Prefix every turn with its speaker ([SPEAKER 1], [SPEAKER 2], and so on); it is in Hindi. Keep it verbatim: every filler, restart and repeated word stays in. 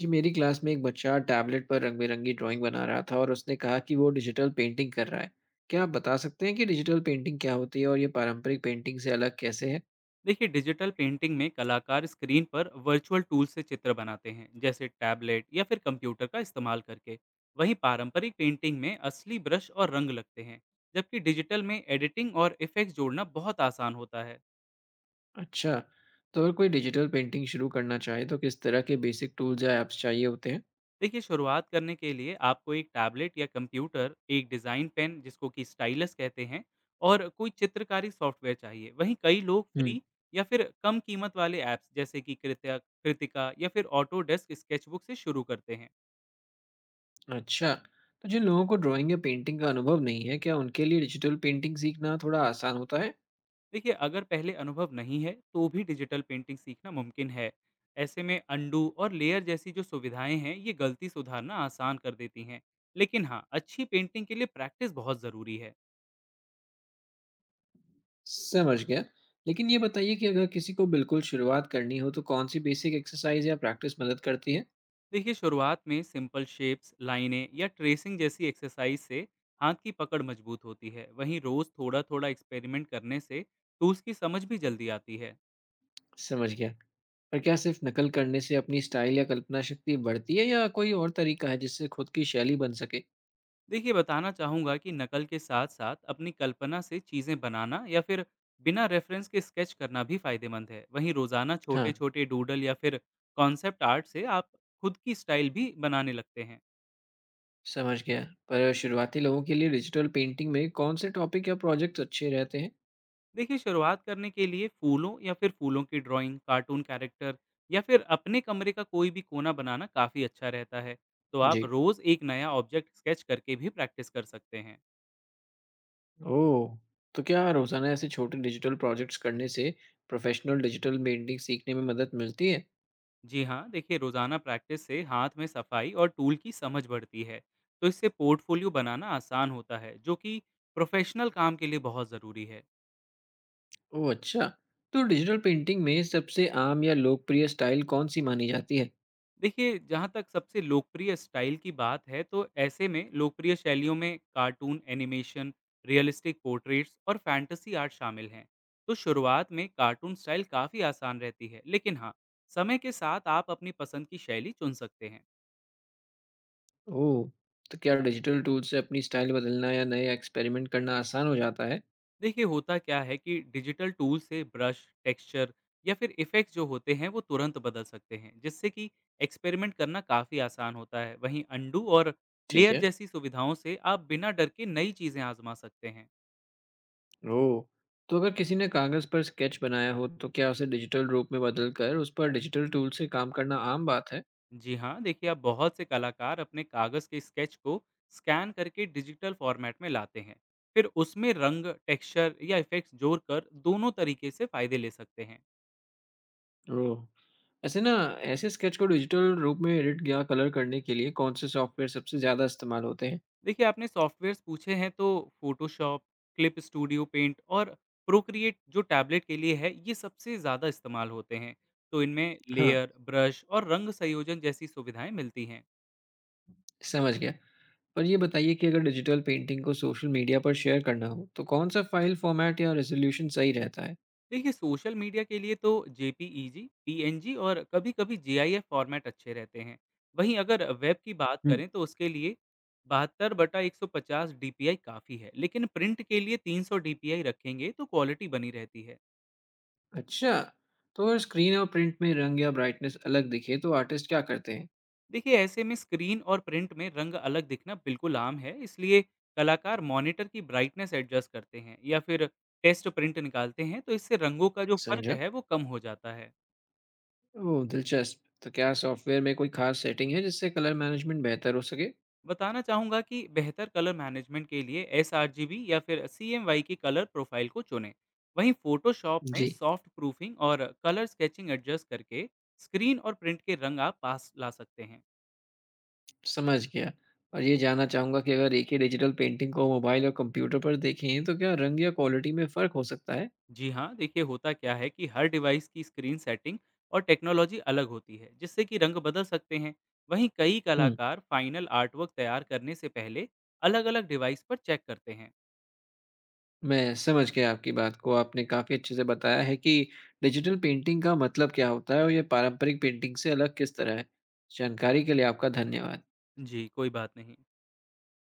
[SPEAKER 1] जी, मेरी क्लास में एक बच्चा टैबलेट पर रंग बिरंगी ड्राइंग बना रहा था और उसने कहा कि वो डिजिटल पेंटिंग कर रहा है। क्या आप बता सकते हैं कि डिजिटल पेंटिंग क्या होती है और ये पारंपरिक पेंटिंग से अलग कैसे है?
[SPEAKER 2] देखिए डिजिटल पेंटिंग में कलाकार स्क्रीन पर वर्चुअल टूल से चित्र बनाते हैं, जैसे टैबलेट या फिर कंप्यूटर का इस्तेमाल करके। वहीं पारंपरिक पेंटिंग में असली ब्रश और रंग लगते हैं, जबकि डिजिटल में एडिटिंग और इफेक्ट जोड़ना बहुत आसान होता है।
[SPEAKER 1] अच्छा। तो अगर कोई डिजिटल पेंटिंग शुरू करना चाहे तो किस तरह के बेसिक टूल्स या ऐप्स चाहिए होते हैं?
[SPEAKER 2] देखिए शुरुआत करने के लिए आपको एक टैबलेट या कंप्यूटर, एक डिज़ाइन पेन जिसको कि स्टाइलस कहते हैं, और कोई चित्रकारी सॉफ्टवेयर चाहिए। वहीं कई लोग
[SPEAKER 1] हम्म।
[SPEAKER 2] फ्री या फिर कम कीमत वाले ऐप्स जैसे कि कृत्या कृतिका या फिर ऑटोडेस्क स्केचबुक से शुरू करते हैं।
[SPEAKER 1] अच्छा। तो जिन लोगों को ड्राइंग या पेंटिंग का अनुभव नहीं है, क्या उनके लिए डिजिटल पेंटिंग सीखना थोड़ा आसान होता है?
[SPEAKER 2] देखिए अगर पहले अनुभव नहीं है तो भी डिजिटल पेंटिंग सीखना मुमकिन है। ऐसे में अंडू और लेयर जैसी जो सुविधाएं हैं, ये गलती सुधारना आसान कर देती हैं। लेकिन हाँ, अच्छी पेंटिंग के लिए प्रैक्टिस बहुत ज़रूरी है।
[SPEAKER 1] समझ गया। लेकिन ये बताइए कि अगर किसी को बिल्कुल शुरुआत करनी हो तो कौन सी बेसिक एक्सरसाइज या प्रैक्टिस मदद करती है?
[SPEAKER 2] देखिए शुरुआत में सिंपल शेप्स, लाइनें या ट्रेसिंग जैसी एक्सरसाइज से हाथ की पकड़ मजबूत होती है। वहीं रोज़ थोड़ा थोड़ा एक्सपेरिमेंट करने से टूल्स की समझ भी जल्दी आती है।
[SPEAKER 1] समझ गया। पर क्या सिर्फ नकल करने से अपनी स्टाइल या कल्पना शक्ति बढ़ती है, या कोई और तरीका है जिससे खुद की शैली बन सके?
[SPEAKER 2] देखिए बताना चाहूँगा कि नकल के साथ साथ अपनी कल्पना से चीज़ें बनाना या फिर बिना रेफरेंस के स्केच करना भी फायदेमंद है। वहीं रोज़ाना छोटे
[SPEAKER 1] हाँ,
[SPEAKER 2] छोटे डूडल या फिर कॉन्सेप्ट आर्ट से आप खुद की स्टाइल भी बनाने लगते हैं।
[SPEAKER 1] समझ गया। पर शुरुआती लोगों के लिए डिजिटल पेंटिंग में कौन से टॉपिक या प्रोजेक्ट्स अच्छे रहते हैं?
[SPEAKER 2] देखिए शुरुआत करने के लिए फूलों या फिर फूलों की ड्राइंग, कार्टून कैरेक्टर या फिर अपने कमरे का कोई भी कोना बनाना काफ़ी अच्छा रहता है। तो आप
[SPEAKER 1] जी।
[SPEAKER 2] रोज़ एक नया ऑब्जेक्ट स्केच करके भी प्रैक्टिस कर सकते हैं।
[SPEAKER 1] ओह! तो क्या रोज़ाना ऐसे छोटे डिजिटल प्रोजेक्ट्स करने से प्रोफेशनल डिजिटल पेंटिंग सीखने में मदद मिलती है?
[SPEAKER 2] जी हाँ, देखिए रोज़ाना प्रैक्टिस से हाथ में सफाई और टूल की समझ बढ़ती है। तो इससे पोर्टफोलियो बनाना आसान होता है, जो कि प्रोफेशनल काम के लिए बहुत ज़रूरी है।
[SPEAKER 1] ओह, अच्छा! तो डिजिटल पेंटिंग में सबसे आम या लोकप्रिय स्टाइल कौन-सी मानी जाती है?
[SPEAKER 2] देखिए जहाँ तक सबसे लोकप्रिय स्टाइल की बात है, तो ऐसे में लोकप्रिय शैलियों में कार्टून एनिमेशन, रियलिस्टिक पोर्ट्रेट्स और फैंटेसी आर्ट शामिल हैं। तो शुरुआत में कार्टून स्टाइल काफ़ी आसान रहती है, लेकिन हाँ, समय के साथ आप अपनी पसंद की शैली चुन सकते हैं।
[SPEAKER 1] ओह! तो क्या डिजिटल टूल से अपनी स्टाइल बदलना या नए एक्सपेरिमेंट करना आसान हो जाता है?
[SPEAKER 2] देखिए होता क्या है कि डिजिटल टूल से ब्रश, टेक्सचर या फिर इफेक्ट्स जो होते हैं वो तुरंत बदल सकते हैं, जिससे कि एक्सपेरिमेंट करना काफ़ी आसान होता है। वहीं अंडू और
[SPEAKER 1] ठीक
[SPEAKER 2] लेयर
[SPEAKER 1] है।
[SPEAKER 2] जैसी सुविधाओं से आप बिना डर के नई चीज़ें आजमा सकते हैं।
[SPEAKER 1] ओह! तो अगर किसी ने कागज़ पर स्केच बनाया हो, तो क्या उसे डिजिटल रूप में बदल कर उस पर डिजिटल टूल से काम करना आम बात है?
[SPEAKER 2] जी हाँ, देखिए आप बहुत से कलाकार अपने कागज़ के स्केच को स्कैन करके डिजिटल फॉर्मेट में लाते हैं। फिर उसमें रंग, टेक्सचर या इफेक्ट्स जोड़कर दोनों तरीके से फ़ायदे ले सकते हैं।
[SPEAKER 1] ओह! ऐसे ना ऐसे स्केच को डिजिटल रूप में एडिट या कलर करने के लिए कौन-से सॉफ्टवेयर सबसे ज़्यादा इस्तेमाल होते हैं?
[SPEAKER 2] देखिए आपने सॉफ्टवेयर्स पूछे हैं, तो फोटोशॉप, क्लिप स्टूडियो पेंट और प्रोक्रिएट जो टैबलेट के लिए है, ये सबसे ज़्यादा इस्तेमाल होते हैं। तो इनमें
[SPEAKER 1] हाँ,
[SPEAKER 2] लेयर, ब्रश और रंग संयोजन जैसी सुविधाएं मिलती हैं।
[SPEAKER 1] समझ गया। पर ये बताइए कि अगर डिजिटल पेंटिंग को सोशल मीडिया पर शेयर करना हो, तो कौन-सा फ़ाइल फ़ॉर्मेट या रेज़ोल्यूशन सही रहता है?
[SPEAKER 2] देखिए सोशल मीडिया के लिए तो J P E G, P N G और कभी-कभी जी आई एफ फॉर्मेट अच्छे रहते हैं। वहीं अगर वेब की बात
[SPEAKER 1] हुँ,
[SPEAKER 2] करें तो उसके लिए बहत्तर बटा डेढ़ सौ डी पी आई काफ़ी है, लेकिन प्रिंट के लिए तीन सौ डी पी आई रखेंगे तो क्वालिटी बनी रहती है।
[SPEAKER 1] अच्छा। तो अगर स्क्रीन और प्रिंट में रंग या ब्राइटनेस अलग दिखे, तो आर्टिस्ट क्या करते हैं?
[SPEAKER 2] देखिए ऐसे में स्क्रीन और प्रिंट में रंग अलग दिखना बिल्कुल आम है, इसलिए कलाकार मॉनिटर की ब्राइटनेस एडजस्ट करते हैं या फिर टेस्ट प्रिंट निकालते हैं, तो इससे रंगों का जो फर्क
[SPEAKER 1] समझा।
[SPEAKER 2] है वो कम हो जाता है।
[SPEAKER 1] ओह, दिलचस्प! तो क्या सॉफ्टवेयर में कोई खास सेटिंग है जिससे कलर मैनेजमेंट बेहतर हो सके?
[SPEAKER 2] बताना चाहूँगा कि बेहतर कलर मैनेजमेंट के लिए एस या फिर सी की कलर प्रोफाइल को चुनें। वहीं फोटोशॉप में
[SPEAKER 1] जी,
[SPEAKER 2] सॉफ्ट प्रूफिंग और कलर स्केचिंग एडजस्ट करके स्क्रीन और प्रिंट के रंग आप पास ला सकते हैं।
[SPEAKER 1] समझ गया। और ये जानना चाहूँगा कि अगर एक ही डिजिटल पेंटिंग को मोबाइल और कंप्यूटर पर देखें तो क्या रंग या क्वालिटी में फ़र्क हो सकता है?
[SPEAKER 2] जी हाँ, देखिए होता क्या है कि हर डिवाइस की स्क्रीन सेटिंग और टेक्नोलॉजी अलग होती है, जिससे कि रंग बदल सकते हैं। वहीं कई
[SPEAKER 1] हुँ,
[SPEAKER 2] कलाकार फाइनल आर्टवर्क तैयार करने से पहले अलग-अलग डिवाइस पर चेक करते हैं।
[SPEAKER 1] मैं समझ गया आपकी बात को। आपने काफ़ी अच्छे से बताया है कि डिजिटल पेंटिंग का मतलब क्या होता है और ये पारंपरिक पेंटिंग से अलग किस तरह है। जानकारी के लिए आपका धन्यवाद।
[SPEAKER 2] जी, कोई बात नहीं।